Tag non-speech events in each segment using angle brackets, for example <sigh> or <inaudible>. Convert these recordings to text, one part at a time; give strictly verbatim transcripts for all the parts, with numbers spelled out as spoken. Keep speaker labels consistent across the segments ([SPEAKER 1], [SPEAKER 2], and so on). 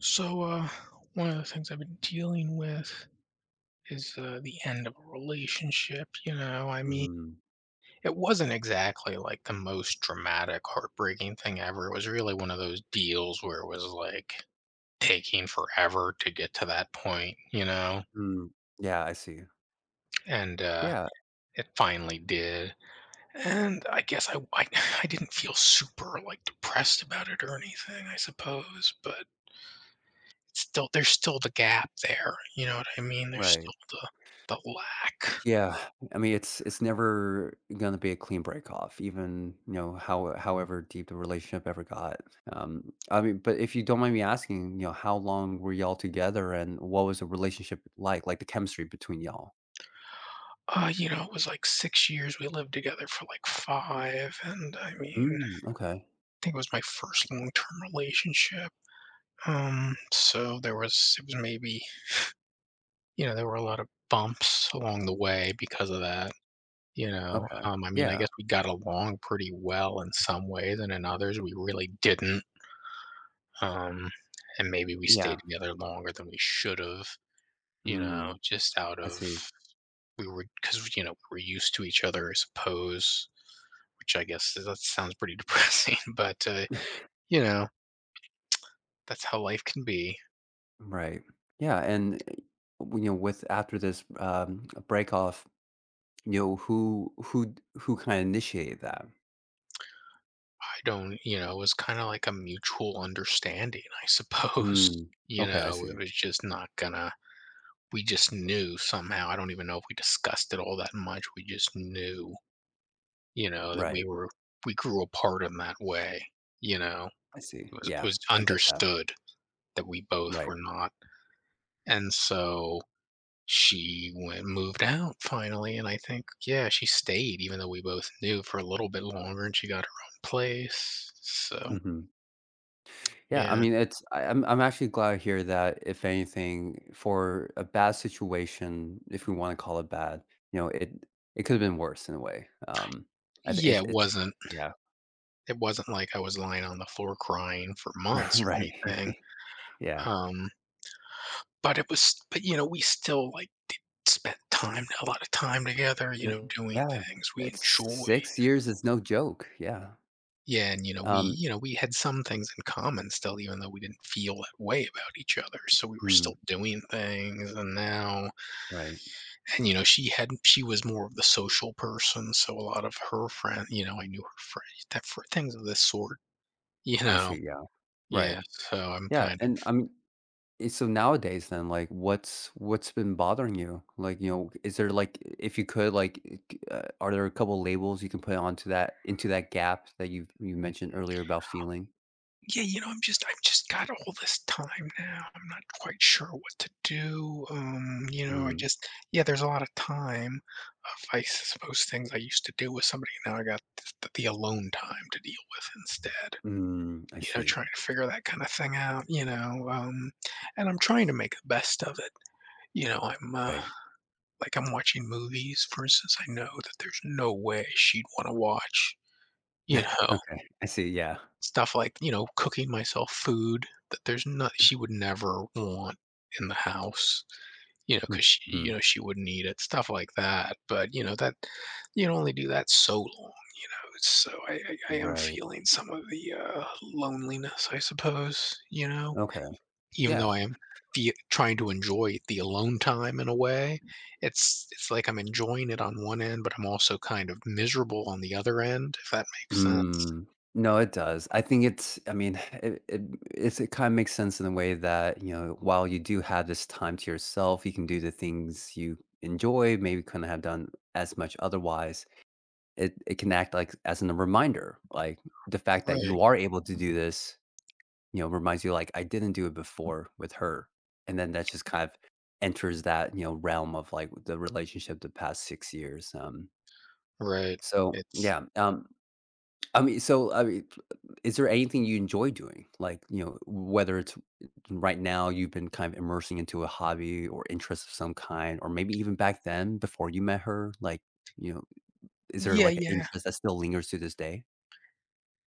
[SPEAKER 1] So, uh, one of the things I've been dealing with is uh, the end of a relationship. You know, I mean,
[SPEAKER 2] Mm,
[SPEAKER 1] it wasn't exactly like the most dramatic, heartbreaking thing ever. It was really one of those deals where it was like taking forever to get to that point, you know?
[SPEAKER 2] mm, yeah, I see.
[SPEAKER 1] And uh,
[SPEAKER 2] Yeah,
[SPEAKER 1] it finally did. And I guess I, I, <sighs> <laughs> I didn't feel super like depressed about it or anything, I suppose, but still there's still the gap there, you know what I mean? There's
[SPEAKER 2] right.
[SPEAKER 1] still the the lack.
[SPEAKER 2] Yeah, I mean, it's it's never gonna be a clean break off, even, you know, how however deep the relationship ever got. Um, I mean, but if you don't mind me asking, you know, how long were y'all together and what was the relationship like? Like the chemistry between y'all?
[SPEAKER 1] Uh, you know, it was like six years, we lived together for, like, five, and, I mean,
[SPEAKER 2] Mm,
[SPEAKER 1] I
[SPEAKER 2] okay.
[SPEAKER 1] think it was my first long-term relationship, um, so there was it was maybe, you know, there were a lot of bumps along the way because of that, you know?
[SPEAKER 2] Okay.
[SPEAKER 1] Um, I mean, I
[SPEAKER 2] Yeah.
[SPEAKER 1] guess we got along pretty well in some ways, and in others, we really didn't, um, and maybe we stayed
[SPEAKER 2] Yeah.
[SPEAKER 1] together longer than we should've. You know,
[SPEAKER 2] Mm,
[SPEAKER 1] just out
[SPEAKER 2] I
[SPEAKER 1] of,
[SPEAKER 2] see.
[SPEAKER 1] we were, because you know, we we're used to each other, I suppose, which I guess is- that sounds pretty <laughs> depressing, but, uh, you know, that's how life can be.
[SPEAKER 2] Right. Yeah, and, eh, w you know, with after this, um, break off. You know, who who who kinda initiated that?
[SPEAKER 1] I don't you know, it was kinda like a mutual understanding, I suppose.
[SPEAKER 2] Mm.
[SPEAKER 1] <laughs> You
[SPEAKER 2] Okay, I
[SPEAKER 1] know, it
[SPEAKER 2] see.
[SPEAKER 1] was just not gonna, we just knew somehow. I don't even know if we discussed it all that much. We just knew, you know, that we
[SPEAKER 2] Right.
[SPEAKER 1] were we grew apart in that way, you know?
[SPEAKER 2] I see.
[SPEAKER 1] It was, it
[SPEAKER 2] Yeah,
[SPEAKER 1] was
[SPEAKER 2] I get that.
[SPEAKER 1] understood that we both
[SPEAKER 2] Right.
[SPEAKER 1] were not. And so She went moved out finally, and I think, yeah, she stayed even though we both knew for a little bit longer, and she got her own place, so
[SPEAKER 2] Mhm. Yeah, I
[SPEAKER 1] yeah.
[SPEAKER 2] mean, it's I I'm I'm actually glad to hear that if anything, for a bad situation, if we wanna call it bad, you know, it it could've been worse in a way. Um, I think
[SPEAKER 1] Yeah,
[SPEAKER 2] it's
[SPEAKER 1] it
[SPEAKER 2] it's
[SPEAKER 1] wasn't
[SPEAKER 2] yeah,
[SPEAKER 1] it wasn't like I was lying on the floor crying for months or
[SPEAKER 2] <laughs>
[SPEAKER 1] anything,
[SPEAKER 2] right. <laughs> Yeah.
[SPEAKER 1] um, but it was, but, you know, we still, like, did spend time a lot of time together, you know, doing
[SPEAKER 2] Yeah.
[SPEAKER 1] things we
[SPEAKER 2] It's
[SPEAKER 1] enjoyed.
[SPEAKER 2] six years is no joke. Yeah.
[SPEAKER 1] Yeah, and, you know, we
[SPEAKER 2] Um,
[SPEAKER 1] you know, we had some things in common still even though we didn't feel that way about each other, so we were
[SPEAKER 2] mm,
[SPEAKER 1] still doing things, and now,
[SPEAKER 2] right.
[SPEAKER 1] and you know, she had she was more of the social person, so a lot of her friend, you know, I knew her friend that for things of this sort, you
[SPEAKER 2] I
[SPEAKER 1] know,
[SPEAKER 2] see, yeah. Right.
[SPEAKER 1] yeah, so I'm
[SPEAKER 2] Yeah,
[SPEAKER 1] kind of,
[SPEAKER 2] and I mean. Eh, so nowadays then, like, what's what's been bothering you? Like, you know, is there like if you could like, eh, c uh, are there a couple labels you can put onto that into that gap that you you mentioned earlier about feeling?
[SPEAKER 1] yeah, you know, i'm just I've just got all this time now, I'm not quite sure what to do. Um you know, I
[SPEAKER 2] Mm,
[SPEAKER 1] just yeah, there's a lot of time of, I suppose, things I used to do with somebody, now I got the, the alone time to deal with instead,
[SPEAKER 2] mm, I
[SPEAKER 1] you know,
[SPEAKER 2] see,
[SPEAKER 1] trying to figure that kind of thing out, you know. Um and I'm trying to make the best of it. You know I'm uh,
[SPEAKER 2] right.
[SPEAKER 1] Like, I'm watching movies, for instance, I know that there's no way she'd wanna watch, you know,
[SPEAKER 2] Okay, I see, yeah.
[SPEAKER 1] stuff like, you know, cooking myself food that there's not, she would never want in the house, you know, because she you
[SPEAKER 2] Mhm.
[SPEAKER 1] know, she wouldn't eat it, stuff like that, but, you know, that you can only do that so long, you know? So I I I am
[SPEAKER 2] Right.
[SPEAKER 1] feeling some of the, uh, loneliness, I suppose, you know?
[SPEAKER 2] Okay,
[SPEAKER 1] Even though
[SPEAKER 2] yeah.
[SPEAKER 1] I am fe trying to enjoy the alone time in a way, it's it's like I'm enjoying it on one end, but I'm also kind of miserable on the other end, if that makes sense.
[SPEAKER 2] Mm. No, it does. I think it's I mean, <sighs> it it it's it kinda makes sense in the way that, you know, while you do have this time to yourself, you can do the things you enjoy, maybe couldn't have done as much otherwise. It it can act like as in a reminder, like, the fact that
[SPEAKER 1] Right,
[SPEAKER 2] you are able to do this, you know, reminds you, like, "I didn't do it before with her." And then that just kind of enters that, you know, realm of, like, the relationship the past six years, um,
[SPEAKER 1] right.
[SPEAKER 2] so,
[SPEAKER 1] It's,
[SPEAKER 2] yeah, um I mean, so I mean, is there anything you enjoy doing? Like, you know, whether it's right now you've been kind of immersing into a hobby or interest of some kind, or maybe even back then before you met her, like, you know, is there
[SPEAKER 1] yeah,
[SPEAKER 2] like an
[SPEAKER 1] yeah.
[SPEAKER 2] interest that still lingers to this day?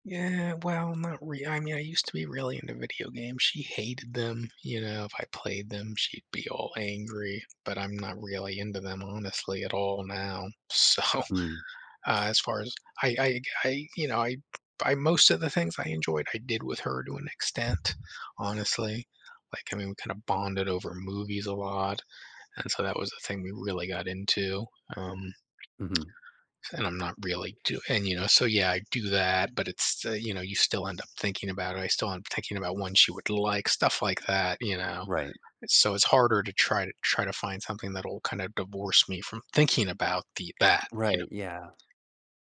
[SPEAKER 1] Yeah, well, not re I mean, I used to be really into video games. She hated them, you know, if I played them, she'd be all angry, but I'm not really into them honestly at all now. <laughs> So
[SPEAKER 2] Mm.
[SPEAKER 1] uh, as far as I, I, I, you know, I, I, most of the things I enjoyed, I did with her to an extent, honestly. Like, I mean, we kind of bonded over movies a lot, and so that was the thing we really got into. Um,
[SPEAKER 2] Hmm.
[SPEAKER 1] and I'm not really do, and you know, so yeah, I do that, but it's uh, you know, you still end up thinking about it. I still end up thinking about one she would like, stuff like that, you know.
[SPEAKER 2] Right.
[SPEAKER 1] So it's harder to try to try to find something that'll kind of divorce me from thinking about the that, you know.
[SPEAKER 2] Right. Yeah.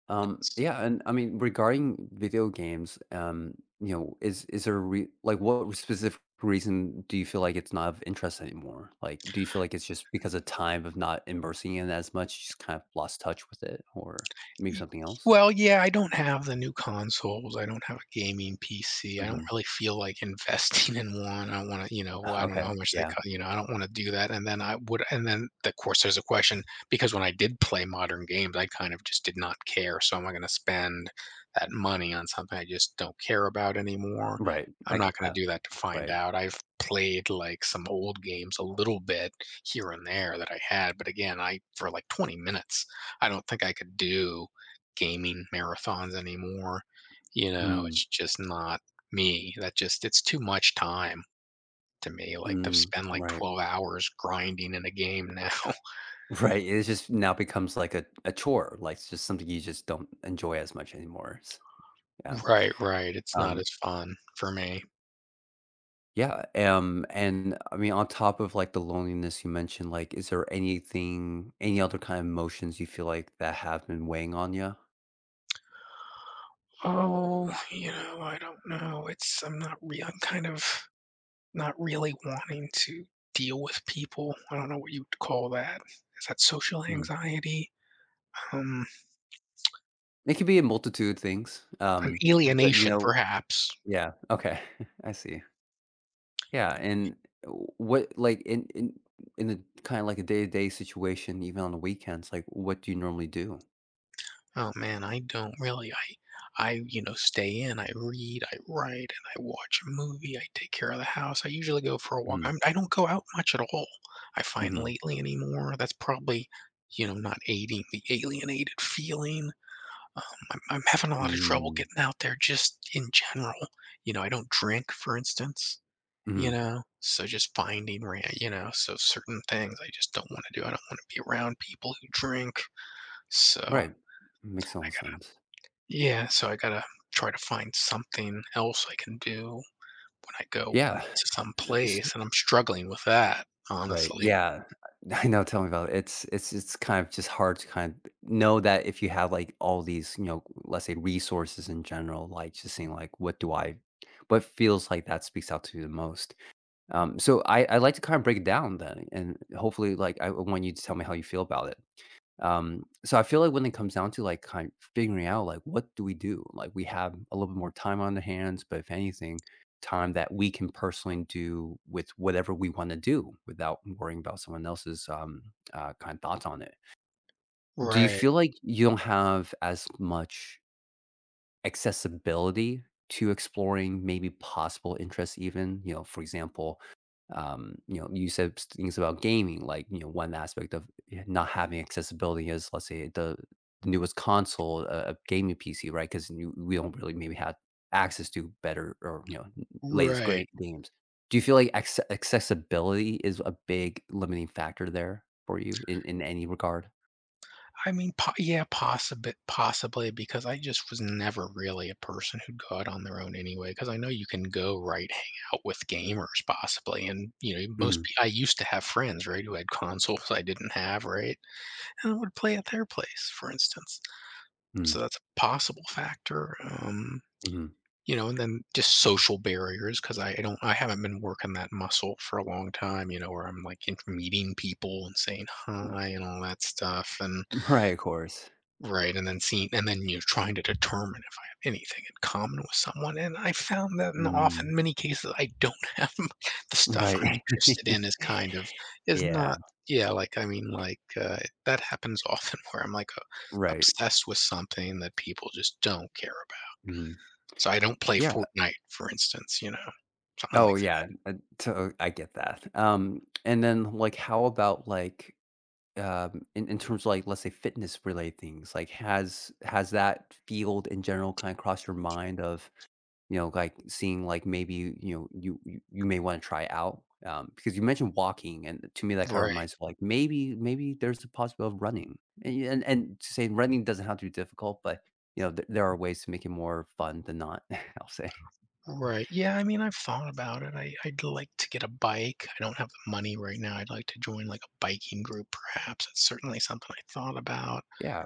[SPEAKER 2] Um, yeah, and I mean, regarding video games, um, you know, is is there a re like what specific reason do you feel like it's not of interest anymore? Like, do you feel like it's just because of time of not immersing in as much, you just kind of lost touch with it, or maybe
[SPEAKER 1] Y
[SPEAKER 2] something else?
[SPEAKER 1] Well, yeah, I don't have the new consoles, I don't have a gaming P C, I don't
[SPEAKER 2] Mhm.
[SPEAKER 1] really feel like <laughs> investing in one, I wanna, you know, well, I
[SPEAKER 2] <laughs>
[SPEAKER 1] don't know
[SPEAKER 2] Okay.
[SPEAKER 1] how much they
[SPEAKER 2] Yeah.
[SPEAKER 1] cost. You know, I don't wanna do that, and then I would and then, of course, there's a question because when I did play modern games, I kind of just did not care, so am I gonna spend that money on something I just don't care about anymore?
[SPEAKER 2] Right.
[SPEAKER 1] I'm
[SPEAKER 2] I
[SPEAKER 1] not
[SPEAKER 2] get
[SPEAKER 1] gonna
[SPEAKER 2] that.
[SPEAKER 1] do that to find
[SPEAKER 2] Right.
[SPEAKER 1] out. I've played, like, some old games a little bit here and there that I had, but again, I for, like, twenty minutes, I don't think I could do gaming marathons anymore. You know,
[SPEAKER 2] Mm.
[SPEAKER 1] it's just not me. That just it's too much time to me, like, to
[SPEAKER 2] Mm.
[SPEAKER 1] spend, like,
[SPEAKER 2] Right. <laughs>
[SPEAKER 1] twelve hours grinding in a game now. <laughs>
[SPEAKER 2] Right. It just now becomes like a, a chore. Like it's just something you just don't enjoy as much anymore. S- Yeah.
[SPEAKER 1] Right, right, it's not
[SPEAKER 2] Um,
[SPEAKER 1] as fun for me.
[SPEAKER 2] yeah, um, and I mean, on top of like the loneliness you mentioned, like, is there anything, any other kind of emotions you feel like that have been weighing on you?
[SPEAKER 1] Oh, you know, I don't know, it's I'm not re. I'm kind of not really wanting to deal with people. I don't know what you'd call that. Is that social
[SPEAKER 2] Mm.
[SPEAKER 1] anxiety? Um,
[SPEAKER 2] It could be a multitude of things,
[SPEAKER 1] an
[SPEAKER 2] um, but you
[SPEAKER 1] alienation,
[SPEAKER 2] know,
[SPEAKER 1] perhaps.
[SPEAKER 2] yeah, okay, <laughs> I see. Yeah, and what, like, in in in the kind of like a day to day situation, even on the weekends, like, what do you normally do?
[SPEAKER 1] Oh man, I don't really. I I, you know, stay in, I read, I write, and I watch a movie, I take care of the house. I usually go for a walk.
[SPEAKER 2] Mm,
[SPEAKER 1] I'm, I don't go out much at all. I find
[SPEAKER 2] mm,
[SPEAKER 1] lately anymore. That's probably, you know, not aiding the alienated feeling. Um, I'm, I'm having a lot of trouble
[SPEAKER 2] mm,
[SPEAKER 1] getting out there just in general. You know, I don't drink, for instance, you
[SPEAKER 2] mm.
[SPEAKER 1] know, so just finding, ra- you know, so certain things I just don't want to do. I don't want to be around people who drink. So,
[SPEAKER 2] Right, makes all sense.
[SPEAKER 1] yeah, so I gotta try to find something else I can do when I go
[SPEAKER 2] Yeah.
[SPEAKER 1] to some place,
[SPEAKER 2] <laughs>
[SPEAKER 1] and I'm struggling with that,
[SPEAKER 2] Right,
[SPEAKER 1] honestly.
[SPEAKER 2] yeah. <laughs> I know, tell me about it. It's it's it's kind of just hard to kind of know that if you have, like, all these, you know, let's say, resources in general, like, just seeing, like, what do I what feels like that speaks out to you the most? Um, so I I like to kind of break it down then, and hopefully, like, I want you to tell me how you feel about it. Um, so I feel like when it comes down to like kind of figuring out like what do we do? Like we have a little bit more time on the hands, but if anything, time that we can personally do with whatever we want to do without worrying about someone else's um, uh, kind of thoughts on it. Do you
[SPEAKER 1] Right,
[SPEAKER 2] feel like you don't have as much accessibility to exploring maybe possible interests even, you know, for example, um you know, you said s- things about gaming, like, you know, one aspect of yeah, not having accessibility is let's say the newest console, uh, a gaming PC, right? Because we don't really maybe have access to better or, you know, n- latest
[SPEAKER 1] right.
[SPEAKER 2] great games. Do you feel like acce- accessibility is a big limiting factor there for you in, in any regard?
[SPEAKER 1] I mean, po yeah, possibly possibly because I just was never really a person who'd go out on their own anyway. Because I know you can go, right, hang out with gamers possibly, and, you know,
[SPEAKER 2] Mm-hmm.
[SPEAKER 1] most pe I used to have friends, right, who had consoles I didn't have, right, and I would play at their place, for instance. So
[SPEAKER 2] Mm.
[SPEAKER 1] that's a possible factor. um
[SPEAKER 2] Mm.
[SPEAKER 1] You know, and then just social barriers 'cause I I don't I haven't been working that muscle for a long time, you know, where I'm, like, in meeting people and saying hi and all that stuff, and
[SPEAKER 2] Right, of course.
[SPEAKER 1] right, and then seeing and then you're trying to determine if I have anything in common with someone, and I found that in
[SPEAKER 2] Mm-hmm.
[SPEAKER 1] often many cases, I don't have, <laughs> the stuff I'm
[SPEAKER 2] Right.
[SPEAKER 1] interested
[SPEAKER 2] <laughs>
[SPEAKER 1] in is kind of, is
[SPEAKER 2] Yeah,
[SPEAKER 1] not yeah, like, I mean, like, uh, that happens often <laughs> where I'm, like, uh,
[SPEAKER 2] right.
[SPEAKER 1] obsessed with something that people just don't care,
[SPEAKER 2] Mhm.
[SPEAKER 1] so I don't play
[SPEAKER 2] Yeah.
[SPEAKER 1] Fortnite, for instance, you know, something like
[SPEAKER 2] Oh, yeah, uh, to I get that. Um, and then, like, how about, like, um, in in terms of, like, let's say, fitness related things, like, has has that field in general kinda crossed your mind of you know, like seeing like maybe you know you you, you may want to try out, um, because you mentioned walking, and to me that
[SPEAKER 1] that.
[SPEAKER 2] kind of
[SPEAKER 1] Right,
[SPEAKER 2] reminds me like maybe maybe there's a possibility of running, and y- and, and to say running doesn't have to be difficult, but you know th- there are ways to make it more fun than not. <laughs> I'll say,
[SPEAKER 1] right. Yeah, I mean, I've thought about it. I I'd like to get a bike. I don't have the money right now. I'd like to join like a biking group, perhaps. It's certainly something I thought about.
[SPEAKER 2] yeah,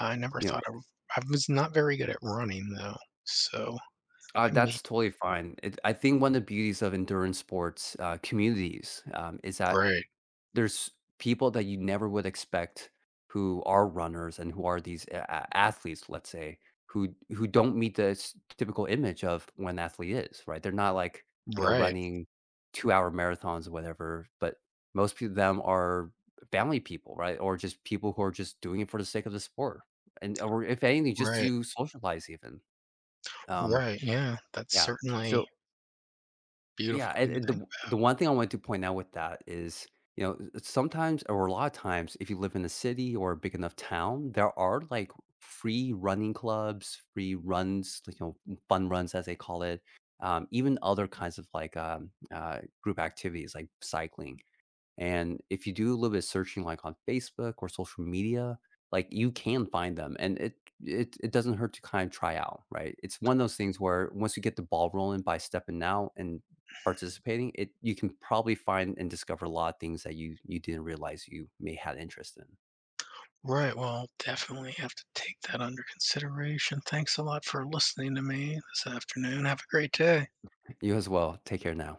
[SPEAKER 1] I never
[SPEAKER 2] you know,
[SPEAKER 1] thought of. I was not very good at running though, so I
[SPEAKER 2] uh,
[SPEAKER 1] may.
[SPEAKER 2] that's totally fine. It, I think one of the beauties of endurance sports, uh, communities, um, is that
[SPEAKER 1] Right,
[SPEAKER 2] there's people that you never would expect who are runners and who are these a a athletes, let's say, who who don't meet the s typical image of what an athlete is, right? They're not like, you know,
[SPEAKER 1] right,
[SPEAKER 2] running two-hour marathons or whatever, but most peo them are family people, right? Or just people who are just doing it for the sake of the sport, and or if anything, just
[SPEAKER 1] right,
[SPEAKER 2] to socialize even. Um,
[SPEAKER 1] right. Yeah, that's
[SPEAKER 2] yeah.
[SPEAKER 1] certainly a
[SPEAKER 2] So
[SPEAKER 1] beautiful
[SPEAKER 2] yeah, and
[SPEAKER 1] thing to
[SPEAKER 2] and
[SPEAKER 1] think
[SPEAKER 2] the
[SPEAKER 1] about.
[SPEAKER 2] the one thing I want to point out with that is, you know, s sometimes or a lot of times, if you live in a city or a big enough town, there are, like, free running clubs, free runs, like, you know, fun runs as they call it, um, even other kinds of, like, um, uh, group activities like cycling. And if you do a little bit of searching like on Facebook or social media, like you can find them, and it it it doesn't hurt to kind of try out, right? It's one of those things where once you get the ball rolling by stepping out and participating, it you can probably find and discover a lot of things that you you didn't realize you may had interest in.
[SPEAKER 1] Right, well, I'll definitely have to take that under consideration. Thanks a lot for listening to me this afternoon. Have a great day.
[SPEAKER 2] You as well. Take care now.